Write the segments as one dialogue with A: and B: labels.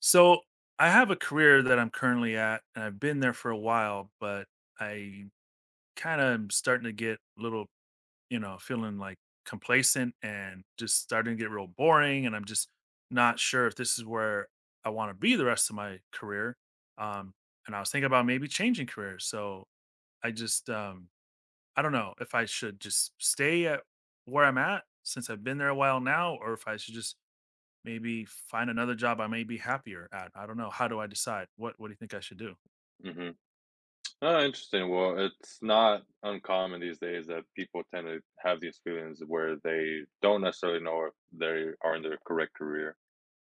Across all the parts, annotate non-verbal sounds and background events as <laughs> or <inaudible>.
A: So I have a career that I'm currently at, and I've been there for a while, but I kind of am starting to get a little, you know, feeling like complacent and just starting to get real boring. And I'm just not sure if this is where I want to be the rest of my career. Um, and I was thinking about maybe changing careers. So I just, um, I don't know if I should just stay at where I'm at since I've been there a while now, or if I should just maybe find another job I may be happier at. I don't know. How do I decide? What do you think I should do?
B: Mhm. Oh, interesting. Well, it's not uncommon these days that people tend to have these feelings where they don't necessarily know if they are in their correct career.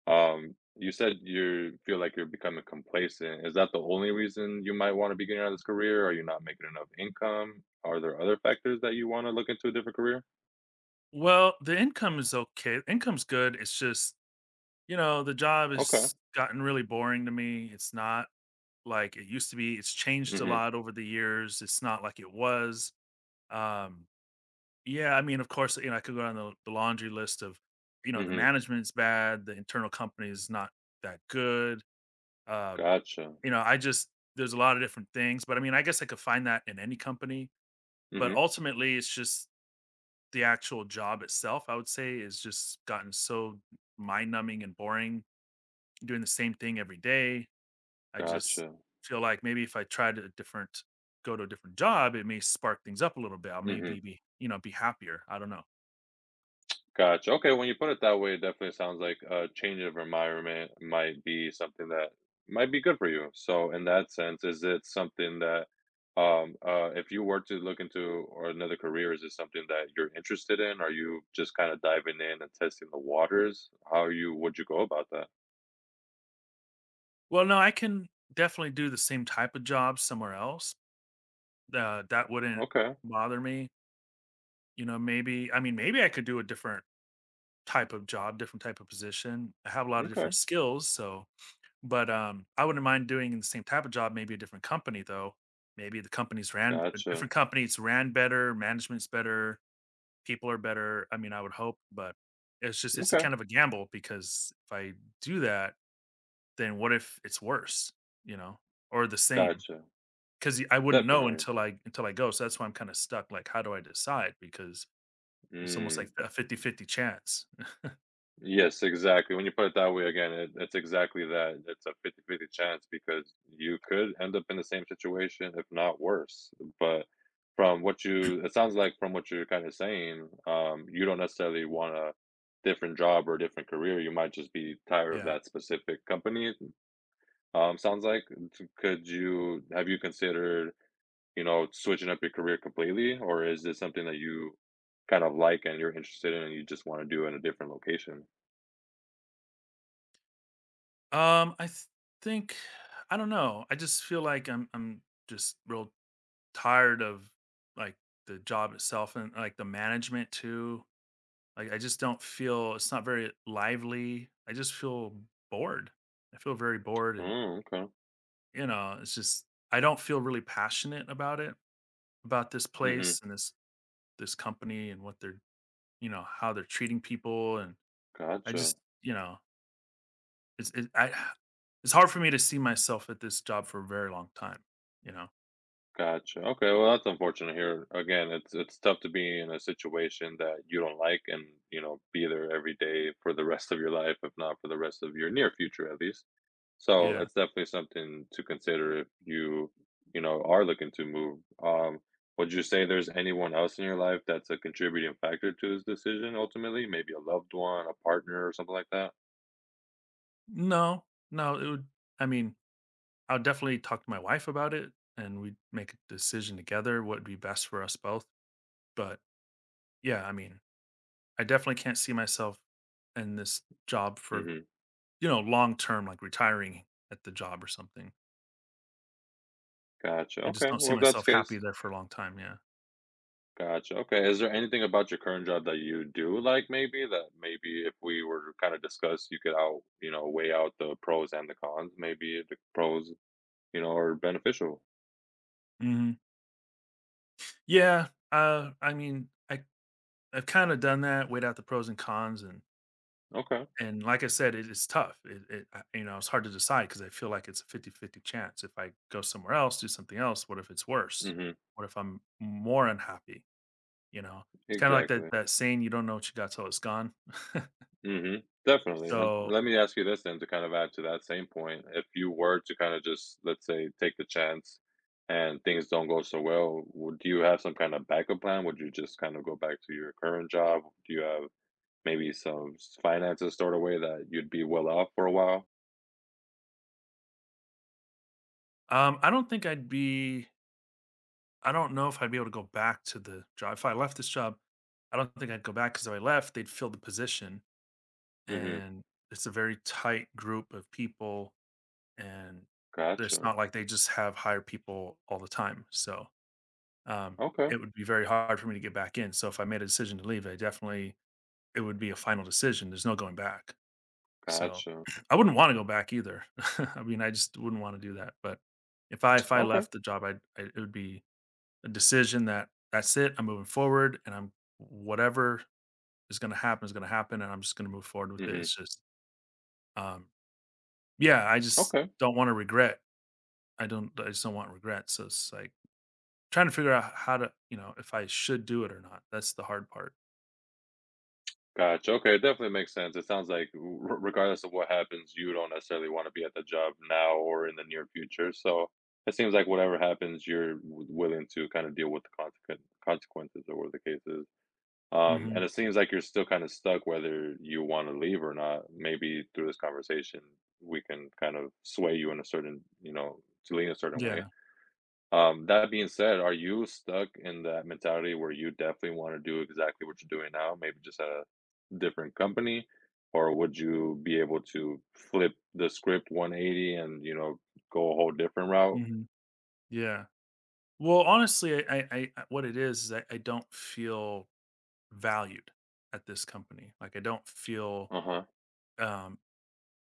B: You said you feel like you're becoming complacent. Is that the only reason you might want to be getting out of this career? Are you not making enough income? Are there other factors that you want to look into a different career?
A: Well, the income is okay. Income's good. It's just you know the job
B: Okay.
A: has gotten really boring to me. It's not like it used to be. It's changed a
B: Mm-hmm.
A: lot over the years. It's not like it was. Um, yeah, I mean, of course, you know, I could go down the laundry list of, you know, the
B: Mm-hmm.
A: management's bad. The internal company is not that good. Um,
B: Gotcha.
A: you know, I just there's a lot of different things, but I mean, I guess I could find that in any company. But
B: Mm-hmm.
A: ultimately, it's just the actual job itself, I would say, is just gotten so mind numbing and boring doing the same thing every day. I just
B: Gotcha.
A: feel like maybe if I tried a go to a different job, it may spark things up a little bit. I'll
B: Mm-hmm.
A: maybe be, you know, be happier. I don't know.
B: Gotcha. Okay, when you put it that way, it definitely sounds like a change of environment might be something that might be good for you. So, in that sense, is it something that, if you were to look into or another career, is it something that you're interested in? Are you just kind of diving in and testing the waters? How you would you go about that?
A: Well, no, I can definitely do the same type of job somewhere else. That wouldn't
B: Okay,
A: bother me. You know, maybe, I mean, maybe I could do a different type of job, different type of position. I have a lot of
B: okay,
A: different skills. So, but I wouldn't mind doing the same type of job, maybe a different company though. Maybe the companies ran a
B: gotcha.
A: different companies ran better, management's better, people are better. I mean, I would hope, but it's just it's a
B: Okay,
A: kind of a gamble because if I do that, then what if it's worse, you know, or the same?
B: gotcha.
A: Because I wouldn't know
B: Definitely.
A: until I go. So that's why I'm kind of stuck. Like, how do I decide? Because it's almost
B: Mm.
A: like a 50-50 chance.
B: Yes, exactly. When you put it that way, again, it's exactly that. It's a 50-50 chance because you could end up in the same situation, if not worse. But from what you, it sounds like from what you're kind of saying, you don't necessarily want a different job or a different career. You might just be tired of
A: Yeah.
B: that specific company. Sounds like. Could you, have you considered, you know, switching up your career completely, or is this something that you kind of like and you're interested in and you just want to do in a different location?
A: Um, I th- think I don't know. I just feel like I'm just real tired of like the job itself and like the management too. Like I just don't feel it's not very lively. I just feel bored. I feel very bored and
B: Oh, okay.
A: you know, it's just I don't feel really passionate about it, about this
B: Mhm.
A: place and this company and what they're, you know, how they're treating people and I
B: Gotcha.
A: just, you know, it's it, I <sighs> it's hard for me to see myself at this job for a very long time, you know.
B: Gotcha. Okay, well, that's unfortunate here. Again, it's tough to be in a situation that you don't like and, you know, be there every day for the rest of your life, if not for the rest of your near future at least. So,
A: Yeah.
B: it's definitely something to consider if you, you know, are looking to move. Would you say there's anyone else in your life that's a contributing factor to this decision ultimately? Maybe a loved one, a partner, or something like that?
A: No. No, it would I mean I'll definitely talk to my wife about it and we'd make a decision together what would be best for us both. But yeah, I mean, I definitely can't see myself in this job for,
B: Mhm.
A: you know, long term, like retiring at the job or something.
B: Gotcha.
A: I just
B: Okay.
A: don't see
B: Well, if that's
A: myself
B: the
A: happy
B: case,
A: there for a long time. Yeah.
B: gotcha, okay, is there anything about your current job that you do like maybe that maybe if we were to kinda discuss, you could out you know, weigh out the pros and the cons? Maybe the pros, you know, are beneficial.
A: Hmm. Yeah. I've kind of done that, weighed out the pros and cons. and
B: Okay.
A: And like I said, it is tough. You know, it's hard to decide because I feel like it's a 50-50 chance. If I go somewhere else, do something else, what if it's worse?
B: Mhm.
A: What if I'm more unhappy? You know, it's kind of like that
B: Exactly.
A: that saying, you don't know what you got till it's gone.
B: Mhm. Definitely, and
A: So
B: let me ask you this then to kind of add to that same point. If you were to kinda just, let's say, take the chance and things don't go so well, would do you have some kind of backup plan? Would you just kind of go back to your current job? Do you have maybe some s finances stored away that you'd be well off for a while?
A: I don't think I'd be. I don't know if I'd be able to go back to the job. If I left this job, I don't think I'd go back because if I left, they'd fill the position,
B: Mhm.
A: and it's a very tight group of people, and it's
B: Gotcha.
A: not like they just have hire people all the time. So Um,
B: Okay.
A: it would be very hard for me to get back in. So if I made a decision to leave, I definitely it would be a final decision. There's no going back. So
B: Gotcha.
A: <clears throat> I wouldn't want to go back either. <laughs> I mean, I just wouldn't want to do that. But if I
B: Okay.
A: left the job, I'd, I it would be a decision that that's it. I'm moving forward, and I'm whatever is going to happen is going to happen, and I'm just going to move forward with it.
B: Mhm.
A: Um, yeah, I just
B: Okay.
A: don't want to regret. I don't. I just don't want regret. So it's like trying to figure out how to, you know, if I should do it or not. That's the hard part.
B: Gotcha. Okay, it definitely makes sense. It sounds like r regardless of what happens, you don't necessarily wanna be at the job now or in the near future, so it seems like whatever happens, you're w willing to kinda deal with the consequen consequences or whatever the case is.
A: Mhm.
B: And it seems like you're still kind of stuck whether you want to leave or not. Maybe through this conversation, we can kind of sway you in a certain, you know, to lean a certain way.
A: Yeah.
B: That being said, are you stuck in that mentality where you definitely want to do exactly what you're doing now, maybe just at a different company? Or would you be able to flip the script 180 and, you know, go a whole different route?
A: Mhm. Yeah. Well, honestly, I what it is I don't feel valued at this company. Like, I don't feel,
B: Uh huh.
A: um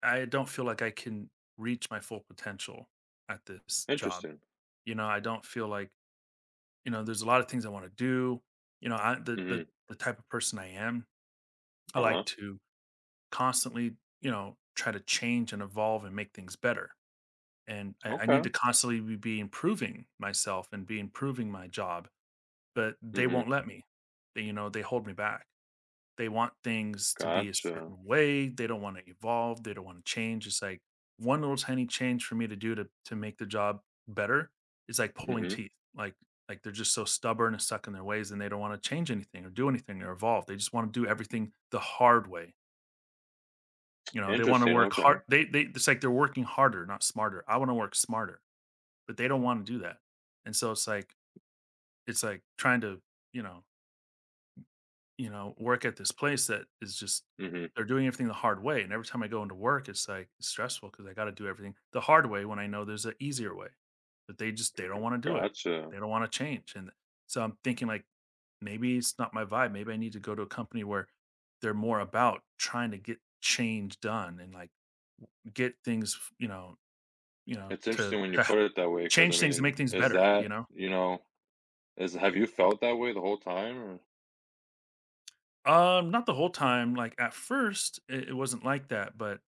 A: I don't feel like I can reach my full potential at this job.
B: Interesting.
A: You know, I don't feel like, you know, there's a lot of things I wanna do. You know, I the the
B: Mm-hmm.
A: the type of person I am, I
B: Uh huh.
A: like to constantly, you know, try to change and evolve and make things better. And I need
B: Okay.
A: to constantly be improving myself and be improving my job, but they
B: Mm-hmm.
A: won't let me. They, you know, they hold me back. They want things to be a
B: Gotcha.
A: certain way. They don't want to evolve. They don't want to change. It's like one little tiny change for me to do to make the job better is like pulling
B: Mm-hmm.
A: teeth. Like they're just so stubborn and stuck in their ways, and they don't want to change anything or do anything or evolve. They just want to do everything the hard way. You know, they want to
B: Interesting.
A: work
B: Okay.
A: hard. They it's like they're working harder, not smarter. I want to work smarter, but they don't want to do that. And so it's like trying to you know you know, work at this place that is just
B: Mhm.
A: they're doing everything the hard way, and every time I go into work, it's, like, it's stressful because I gotta do everything the hard way when I know there's an easier way, but they just they don't wanna do it.
B: Gotcha.
A: They don't wanna change, and so I'm thinking, like, maybe it's not my vibe, maybe I need to go to a company where they're more about trying to get change done and, like, get things you know,
B: It's interesting when you
A: to h
B: put it that way, because I
A: change things to make
B: mean,
A: things
B: is
A: better, you
B: that,
A: know?
B: you know, is have you felt that way the whole time or?
A: Not the whole time, like, at first, it wasn't like that, but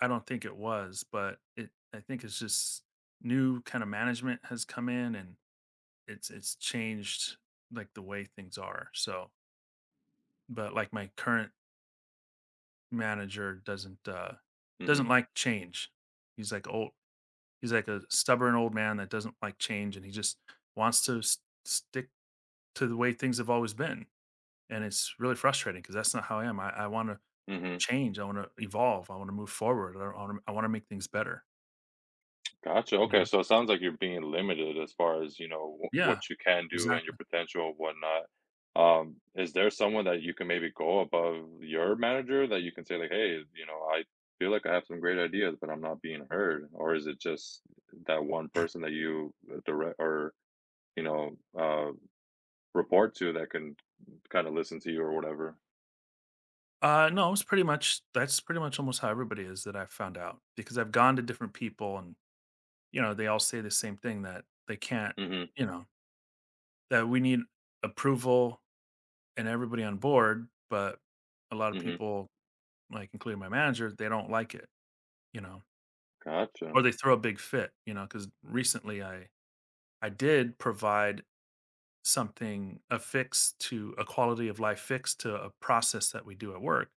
A: I don't think it was, but it I think it's just new kind of management has come in and it's changed like the way things are. So, but like my current manager doesn't
B: Mhm.
A: doesn't like change. He's like old he's like a stubborn old man that doesn't like change and he just wants to stick to the way things have always been. And it's really frustrating because that's not how I am. I want to
B: Mhm.
A: change. I want to evolve. I want to move forward. I want to make things better,
B: Gotcha.
A: you
B: Okay,
A: know.
B: so it sounds like you're being limited as far as, you know, wh
A: Yeah.
B: what you can do and your
A: Exactly.
B: potential and whatnot. Is there someone that you can maybe go above your manager that you can say like, "Hey, you know, I feel like I have some great ideas, but I'm not being heard," or is it just that one person that you direct or, you know, report to that can kind of listen to you or whatever.
A: No, it's pretty much almost how everybody is that I've found out because I've gone to different people and you know they all say the same thing that they can't
B: Mhm,
A: you know that we need approval and everybody on board, but a lot of
B: mhm.
A: people like including my manager they don't like it you know or
B: Gotcha.
A: they throw a big fit you know because recently I did provide something a quality of life fix to a process that we do at work.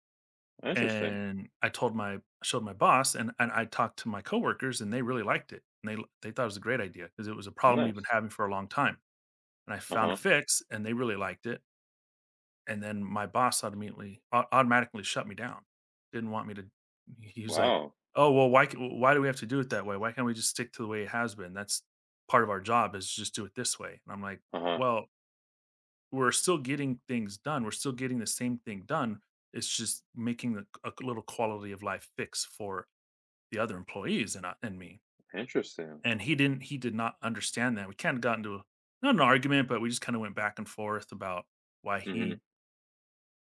B: Interesting.
A: And I told my I showed my boss and I talked to my coworkers and they really liked it. And they thought it was a great idea because it was a problem we've been
B: Nice.
A: having for a long time. And I found a
B: Uh-huh.
A: fix and they really liked it. And then my boss automatically shut me down. Didn't want me to he was like,
B: Wow.
A: "Oh, well why do we have to do it that way? Why can't we just stick to the way it has been? That's part of our job is just do it this way." And I'm like,
B: Uh-huh.
A: "Well, we're still getting things done. We're still getting the same thing done. It's just making a little quality of life fix for the other employees and I, and me."
B: Interesting.
A: And he didn't. He did not understand that. We kind of got into a, not an argument, but we just kind of went back and forth about why
B: Mhm,
A: he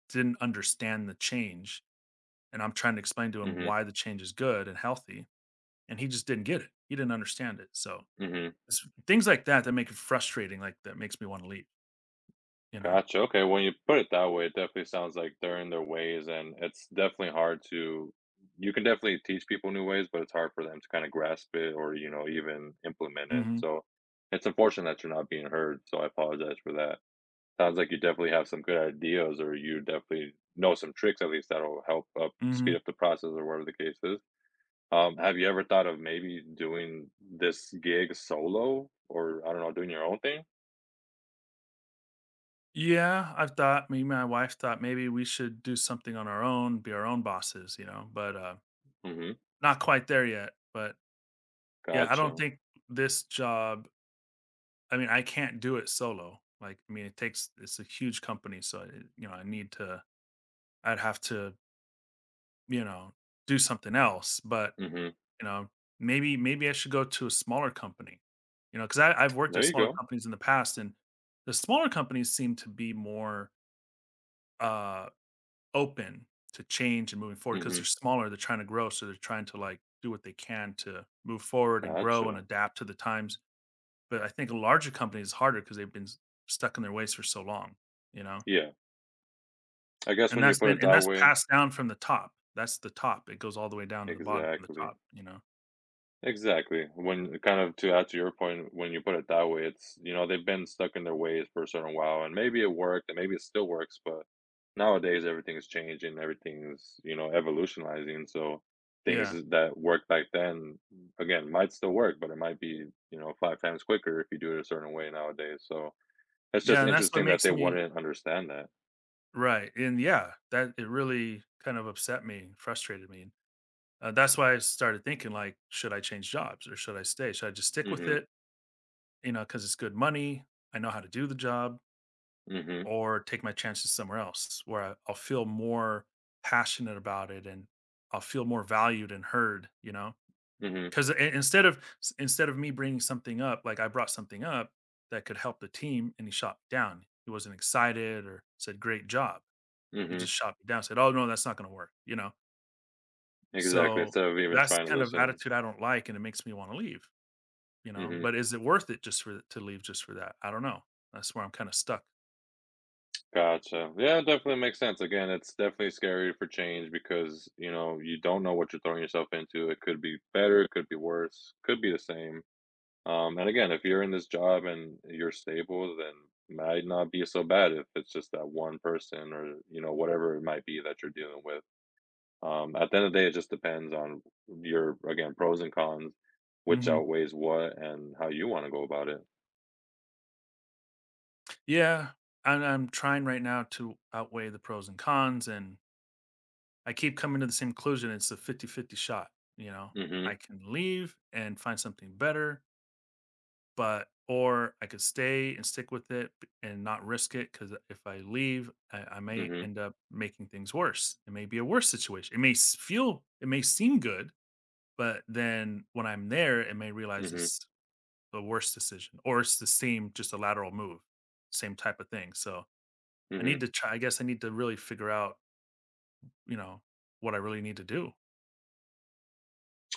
A: didn't understand the change. And I'm trying to explain to him
B: mhm,
A: why the change is good and healthy, and he just didn't get it. He didn't understand it. So
B: mhm.
A: it's things like that that make it frustrating. Like that makes me want to leave. You know.
B: Gotcha. Okay, when you put it that way, it definitely sounds like they're in their ways, and it's definitely hard to you can definitely teach people new ways, but it's hard for them to kind of grasp it or, you know, even implement it.
A: hmm
B: So it's unfortunate that you're not being heard. So I apologize for that. Sounds like you definitely have some good ideas or you definitely know some tricks at least that'll help up
A: hmm
B: speed up the process or whatever the case is. Have you ever thought of maybe doing this gig solo or I don't know, doing your own thing?
A: Yeah, I've thought me and my wife thought maybe we should do something on our own, be our own bosses, but
B: Mhm.
A: not quite there yet. But yeah, I don't
B: Gotcha.
A: think this job, I mean, I can't do it solo. Like, I mean, it's a huge company, so it, I'd have to, you know, do something else, but
B: Mhm.
A: you know, maybe I should go to a smaller company. You know, cuz I've worked at
B: There you
A: smaller
B: go.
A: companies in the past, and the smaller companies seem to be more uh open to change and moving forward because 'cause they're
B: Mhm.
A: smaller, they're trying to grow, so they're trying to, like, do what they can to move forward and grow and
B: Gotcha.
A: adapt to the times, but I think a larger company is harder because 'cause they've been s stuck in their ways for so long, you know,
B: Yeah. I guess
A: and
B: when you
A: that's
B: put
A: been
B: it
A: and
B: that
A: that's
B: way,
A: passed down from the top, it goes all the way down to the bottom from the
B: exactly.
A: top, you know?
B: Exactly. When kind of to add to your point, when you put it that way, it's you know they've been stuck in their ways for a certain while, and maybe it worked, and maybe it still works, but nowadays everything's changing, everything's you know evolutionizing, so things
A: Yeah.
B: that worked back then again might still work, but it might be you know 5 times quicker if you do it a certain way nowadays. So it's just
A: Yeah, and that's what
B: interesting that
A: makes
B: they
A: me
B: wouldn't understand that.
A: Right, and yeah, that it really kind of upset me frustrated me, that's why I started thinking, like, "Should I change jobs or should I stay? Should I just stick with
B: Mm-hmm.
A: it?" You know, because it's good money. I know how to do the job,
B: Mm-hmm.
A: or take my chances somewhere else where I'll feel more passionate about it, and I'll feel more valued and heard. You know,
B: Mm-hmm.
A: because instead of me bringing something up, like I brought something up that could help the team, and he shot me down. He wasn't excited or said great job. He
B: Mm-hmm.
A: just shot me down. Said, "Oh no, that's not going to work." You know,
B: Exactly.
A: so
B: Instead of even
A: that's the
B: trying to
A: kind of
B: listen.
A: attitude I don't like, and it makes me want to leave. You know,
B: Mm-hmm.
A: but is it worth it just for to leave just for that? I don't know. That's where I'm kind of stuck.
B: Gotcha. Yeah, it definitely makes sense. Again, it's definitely scary for change because, you know, you don't know what you're throwing yourself into. It could be better, it could be worse, could be the same. And again, if you're in this job and you're stable, then might not be so bad if it's just that one person or, you know, whatever it might be that you're dealing with. At the end of the day, it just depends on your, again, pros and cons, which
A: Mhm.
B: outweighs what and how you want to go about it.
A: Yeah, and I'm trying right now to outweigh the pros and cons, and I keep coming to the same conclusion. It's a 50-50 shot, you know?
B: Mm-hmm.
A: I can leave and find something better, but or I could stay and stick with it b and not risk it. Because if I leave, I may
B: Mm-hmm.
A: end up making things worse. It may be a worse situation. It may seem good, but then when I'm there, it may realize
B: Mm-hmm.
A: it's the worst decision, or it's the same, just a lateral move, same type of thing. So
B: Mm-hmm.
A: I guess I need to really figure out, you know, what I really need to do.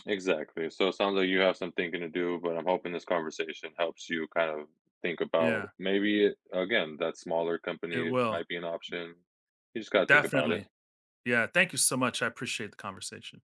B: Exactly. So it sounds like you have some thinking to do, but I'm hoping this conversation helps you kind of think
A: Yeah,
B: about maybe again that smaller
A: it
B: company
A: will.
B: might be an option. You just got to think about it.
A: Definitely. Yeah, thank you so much. I appreciate the conversation.